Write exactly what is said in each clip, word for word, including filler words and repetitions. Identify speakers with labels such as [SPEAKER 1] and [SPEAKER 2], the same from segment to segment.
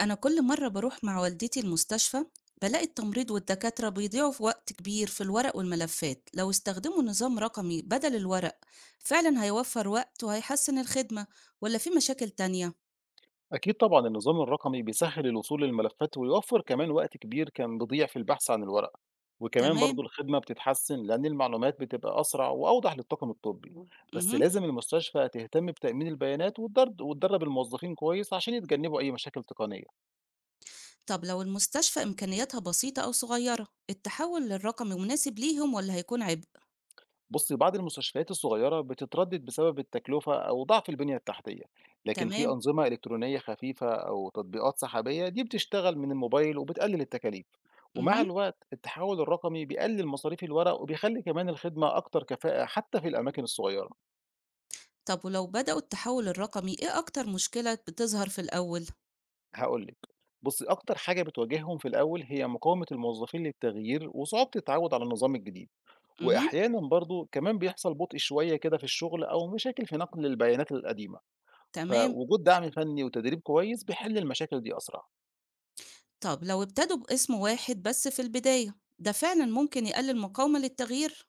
[SPEAKER 1] أنا كل مرة بروح مع والدتي المستشفى، بلاقي التمريض والدكاترة بيضيعوا في وقت كبير في الورق والملفات. لو استخدموا نظام رقمي بدل الورق فعلا هيوفر وقت وهيحسن الخدمة. ولا في مشاكل تانية؟
[SPEAKER 2] أكيد طبعًا النظام الرقمي بيسهّل الوصول للملفات ويوفّر كمان وقت كبير كان بيضيع في البحث عن الورق، وكمان برضه
[SPEAKER 1] تمام.
[SPEAKER 2] الخدمة بتتحسّن لأن المعلومات بتبقى أسرع وأوضح للطاقم الطبّي، بس
[SPEAKER 1] مهم.
[SPEAKER 2] لازم المستشفى تهتم بتأمين البيانات وتدر وتدرّب الموظفين كويس عشان يتجنّبوا أي مشاكل تقنية.
[SPEAKER 1] طب لو المستشفى إمكانياتها بسيطة أو صغيرة، التحول للرقمي مناسب ليهم ولا هيكون عبء؟
[SPEAKER 2] بصي بعض المستشفيات الصغيرة بتتردد بسبب التكلفة أو ضعف البنية التحتية لكن في
[SPEAKER 1] تمام.
[SPEAKER 2] أنظمة إلكترونية خفيفة أو تطبيقات سحابية دي بتشتغل من الموبايل وبتقلل التكاليف ومع
[SPEAKER 1] مهم.
[SPEAKER 2] الوقت التحول الرقمي بيقلل مصاريف الورق وبيخلي كمان الخدمة أكتر كفاءة حتى في الأماكن الصغيرة.
[SPEAKER 1] طب ولو بدأوا التحول الرقمي، إيه أكتر مشكلة بتظهر في الأول؟
[SPEAKER 2] هقولك بصي أكتر حاجة بتواجههم في الأول هي مقاومة الموظفين للتغيير وصعوبة التعود على النظام الجديد،
[SPEAKER 1] مهم.
[SPEAKER 2] وأحيانا برضو كمان بيحصل بطء شوية كده في الشغل أو مشاكل في نقل البيانات القديمة.
[SPEAKER 1] تمام.
[SPEAKER 2] فوجود دعم فني وتدريب كويس بيحل المشاكل دي أسرع.
[SPEAKER 1] طب لو ابتدوا باسم واحد بس في البداية، ده فعلا ممكن يقلل مقاومة للتغيير.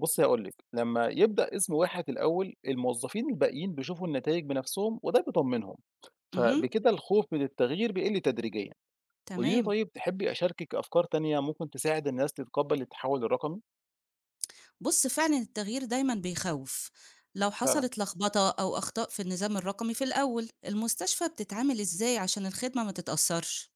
[SPEAKER 2] بص هقول لك لما يبدأ اسم واحد الأول الموظفين الباقيين بيشوفوا النتائج بنفسهم وده بيطمنهم،
[SPEAKER 1] امم.
[SPEAKER 2] فبكده الخوف من التغيير بيقل تدريجيا. قولي لي
[SPEAKER 1] تمام.
[SPEAKER 2] طيب تحبي أشاركك أفكار تانية ممكن تساعد الناس تتقبل التحول الرقمي.
[SPEAKER 1] بص، فعلا التغيير دايما بيخوف. لو
[SPEAKER 2] فعلا
[SPEAKER 1] حصلت لخبطة أو أخطاء في النظام الرقمي في الأول، المستشفى بتتعامل إزاي عشان الخدمة ما تتأثرش؟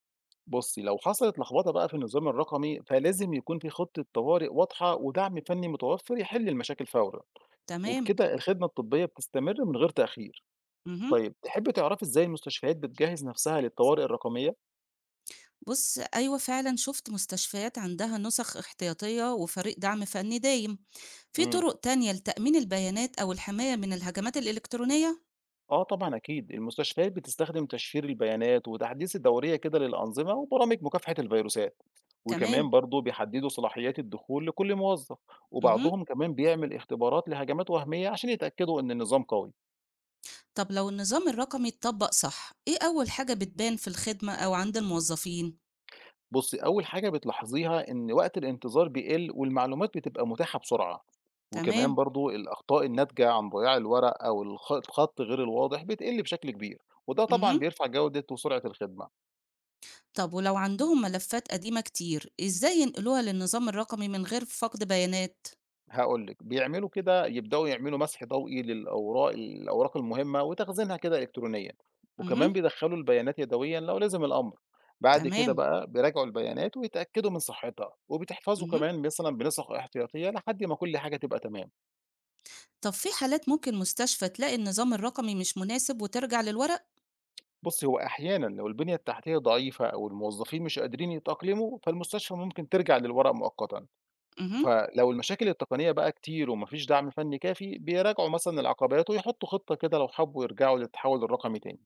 [SPEAKER 2] بصي لو حصلت لخبطة بقى في النظام الرقمي فلازم يكون في خطة طوارئ واضحة ودعم فني متوفر يحل المشاكل فورا،
[SPEAKER 1] تمام.
[SPEAKER 2] وبكده الخدمة الطبية بتستمر من غير تأخير.
[SPEAKER 1] امم.
[SPEAKER 2] طيب تحبي تعرفي إزاي المستشفيات بتجهّز نفسها للطوارئ الرقمية؟
[SPEAKER 1] بص، أيوة فعلا شفت مستشفيات عندها نسخ احتياطية وفريق دعم فني دايم. في
[SPEAKER 2] إمم.
[SPEAKER 1] طرق تانية لتأمين البيانات أو الحماية من الهجمات الإلكترونية؟
[SPEAKER 2] آه طبعًا أكيد، المستشفيات بتستخدم تشفير البيانات وتحديث الدورية كده للأنظمة وبرامج مكافحة الفيروسات،
[SPEAKER 1] تمام.
[SPEAKER 2] وكمان برضه بيحددوا صلاحيات الدخول لكل موظف،
[SPEAKER 1] امم.
[SPEAKER 2] وبعضهم كمان بيعمل اختبارات لهجمات وهمية عشان يتأكدوا إن النظام قوي.
[SPEAKER 1] طب لو النظام الرقمي اتطبق صح، إيه أول حاجة بتبان في الخدمة أو عند الموظفين؟
[SPEAKER 2] بُصّي، أول حاجة بتلاحظيها إن وقت الانتظار بيقِل والمعلومات بتبقى متاحة بسرعة، وكمان
[SPEAKER 1] تمام،
[SPEAKER 2] برضه الأخطاء الناتجة عن ضياع الورق أو الخ الخط غير الواضح بتقِل بشكل كبير، وده طبعًا
[SPEAKER 1] اهم.
[SPEAKER 2] بيرفع جودة وسرعة الخدمة.
[SPEAKER 1] طب ولو عندهم ملفات قديمة كتير، إزاي ينقلوها للنظام الرقمي من غير فقد بيانات؟
[SPEAKER 2] هاقول لِك، بيعملوا كده يبدؤوا يعملوا مسح ضوئي للأوراق الأوراق المهمة وتخزينها كده إلكترونيًا،
[SPEAKER 1] اهم.
[SPEAKER 2] وكمان بيدخّلوا البيانات يدويًا لو لزم الأمر. بعد كده
[SPEAKER 1] تمام.
[SPEAKER 2] بقى بيراجعوا البيانات ويتأكدوا من صحتها، وبتحفظوا
[SPEAKER 1] اهم.
[SPEAKER 2] كمان مثلًا بنسخ احتياطية لحد ما كل حاجة تبقى تمام.
[SPEAKER 1] طب في حالات ممكن مستشفى تلاقي النظام الرقمي مش مناسب وترجع للورق؟
[SPEAKER 2] بُصّي، هو أحيانًا لو البنية التحتية ضعيفة أو الموظفين مش قادرين يتأقلموا، فالمستشفى ممكن ترجع للورق مؤقتًا،
[SPEAKER 1] اهم.
[SPEAKER 2] فلو المشاكل التقنية بقى كتير وما فيش دعم فني كافي، بيراجعوا مثلًا العقبات ويحطوا خطة كده لو حبوا يرجعوا للتحول الرقمي تاني.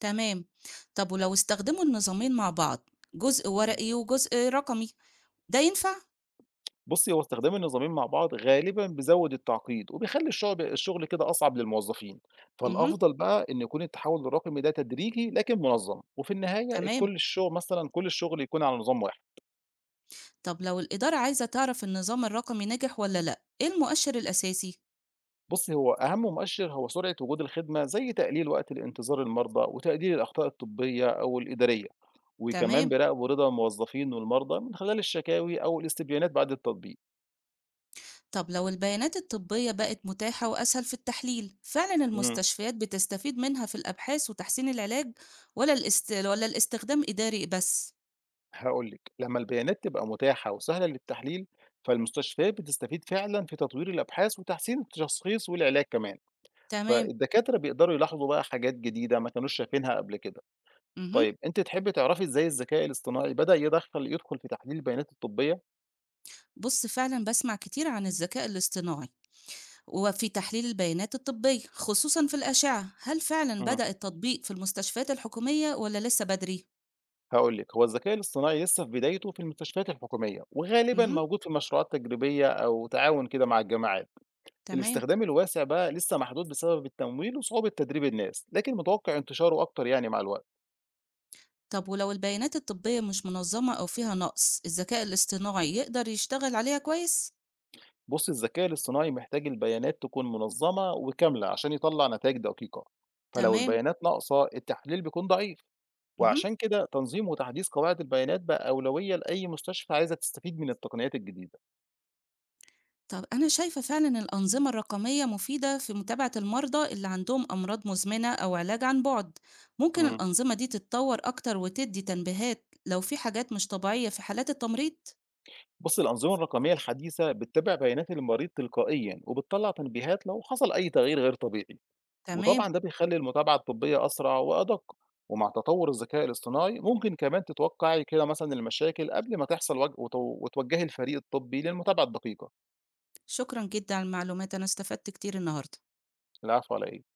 [SPEAKER 1] تمام. طب ولو استخدموا النظامين مع بعض، جزء
[SPEAKER 2] إمم.
[SPEAKER 1] ورقي وجزء رقمي، ده ينفع؟
[SPEAKER 2] بُصّي، هو استخدام النظامين مع بعض غالبًا بيزوّد التعقيد وبيخلّي الشغل الشغل كده أصعب للموظفين،
[SPEAKER 1] اهم.
[SPEAKER 2] فالأفضل بقى إن يكون التحول الرقمي ده تدريجي لكن منظم، وفي النهاية
[SPEAKER 1] تمام.
[SPEAKER 2] الكل الشغل مثلًا كل الشغل يكون على نظام واحد.
[SPEAKER 1] طب لو الإدارة عايزة تعرف النظام الرقمي نجح ولا لأ، إيه المؤشر الأساسي؟
[SPEAKER 2] بُصّي، هو أهم مؤشِّر هو سرعة وجود الخدمة زي تقليل وقت الانتظار المرضى وتقليل الأخطاء الطبّية أو الإدارية، وكمان
[SPEAKER 1] تمام.
[SPEAKER 2] بيراقبوا رضا الموظفين والمرضى من خلال الشكاوي أو الاستبيانات بعد التطبيق.
[SPEAKER 1] طب لو البيانات الطبية بقت متاحة وأسهل في التحليل، فعلا
[SPEAKER 2] إمم،
[SPEAKER 1] المستشفيات بتستفيد منها في الأبحاث وتحسين العلاج ولا الاست... ولا الاستخدام إداري بس؟
[SPEAKER 2] هاقول لِك، لمّا البيانات تبقى متاحة وسهلة للتحليل، فالمستشفيات بتستفيد فعلًا في تطوير الأبحاث وتحسين التشخيص والعلاج كمان،
[SPEAKER 1] تمام.
[SPEAKER 2] فالدكاترة بيقدروا يلاحظوا بقى حاجات جديدة ما كانوش شايفينها قبل كده.
[SPEAKER 1] مهم.
[SPEAKER 2] طيب أنتِ تحبّي تعرفي إزاي الذكاء الاصطناعي بدأ يدخّل يدخُل في تحليل البيانات الطبّية؟
[SPEAKER 1] بص، فعلا بسمع كتير عن الذكاء الاصطناعي وفي تحليل البيانات الطبية خصوصا في الأشعة، هل فعلا
[SPEAKER 2] إمم.
[SPEAKER 1] بدأ التطبيق في المستشفيات الحكومية ولا لسه بدري؟
[SPEAKER 2] هاقول لِك، هو الذكاء الاصطناعي لسه في بدايته في المستشفيات الحكومية، وغالبًا
[SPEAKER 1] مهم.
[SPEAKER 2] موجود في مشروعات تجريبية أو تعاون كده مع الجامعات.
[SPEAKER 1] تمام.
[SPEAKER 2] الاستخدام الواسع بقى لسه محدود بسبب التمويل وصعوبة تدريب الناس، لكن متوقع انتشاره أكتر يعني مع الوقت.
[SPEAKER 1] طب ولو البيانات الطبية مش منظمة أو فيها نقص، الذكاء الاصطناعي يقدر يشتغل عليها كويس؟
[SPEAKER 2] بُصّي، الذكاء الاصطناعي محتاج البيانات تكون منظمة وكاملة عشان يطلع نتائج دقيقة، فلو
[SPEAKER 1] تمام.
[SPEAKER 2] البيانات ناقصة التحليل بيكون ضعيف،
[SPEAKER 1] اهم.
[SPEAKER 2] وعشان كده تنظيم وتحديث قواعد البيانات بقى أولوية لأي مستشفى عايزة تستفيد من التقنيات الجديدة.
[SPEAKER 1] طب أنا شايفة فعلا الأنظمة الرقمية مفيدة في متابعة المرضى اللي عندهم أمراض مزمنة أو علاج عن بعد، ممكن
[SPEAKER 2] إمم.
[SPEAKER 1] الأنظمة دي تتطور أكتر وتدي تنبيهات لو في حاجات مش طبيعية في حالات التمريض؟
[SPEAKER 2] بُص، الأنظمة الرقمية الحديثة بتتابع بيانات المريض تلقائيًا، وبتطلّع تنبيهات لو حصل أي تغيير غير طبيعي،
[SPEAKER 1] تمام.
[SPEAKER 2] وطبعًا ده بيخلّي المتابعة الطبية أسرع وأدق، ومع تطوّر الذكاء الاصطناعي ممكن كمان تتوقعي كده مثلًا المشاكل قبل ما تحصل وج وت وتوجّهي الفريق الطبي للمتابعة الدقيقة.
[SPEAKER 1] شكرا جدا على المعلومات، أنا استفدت كتير النهاردة.
[SPEAKER 2] العفو على إيه؟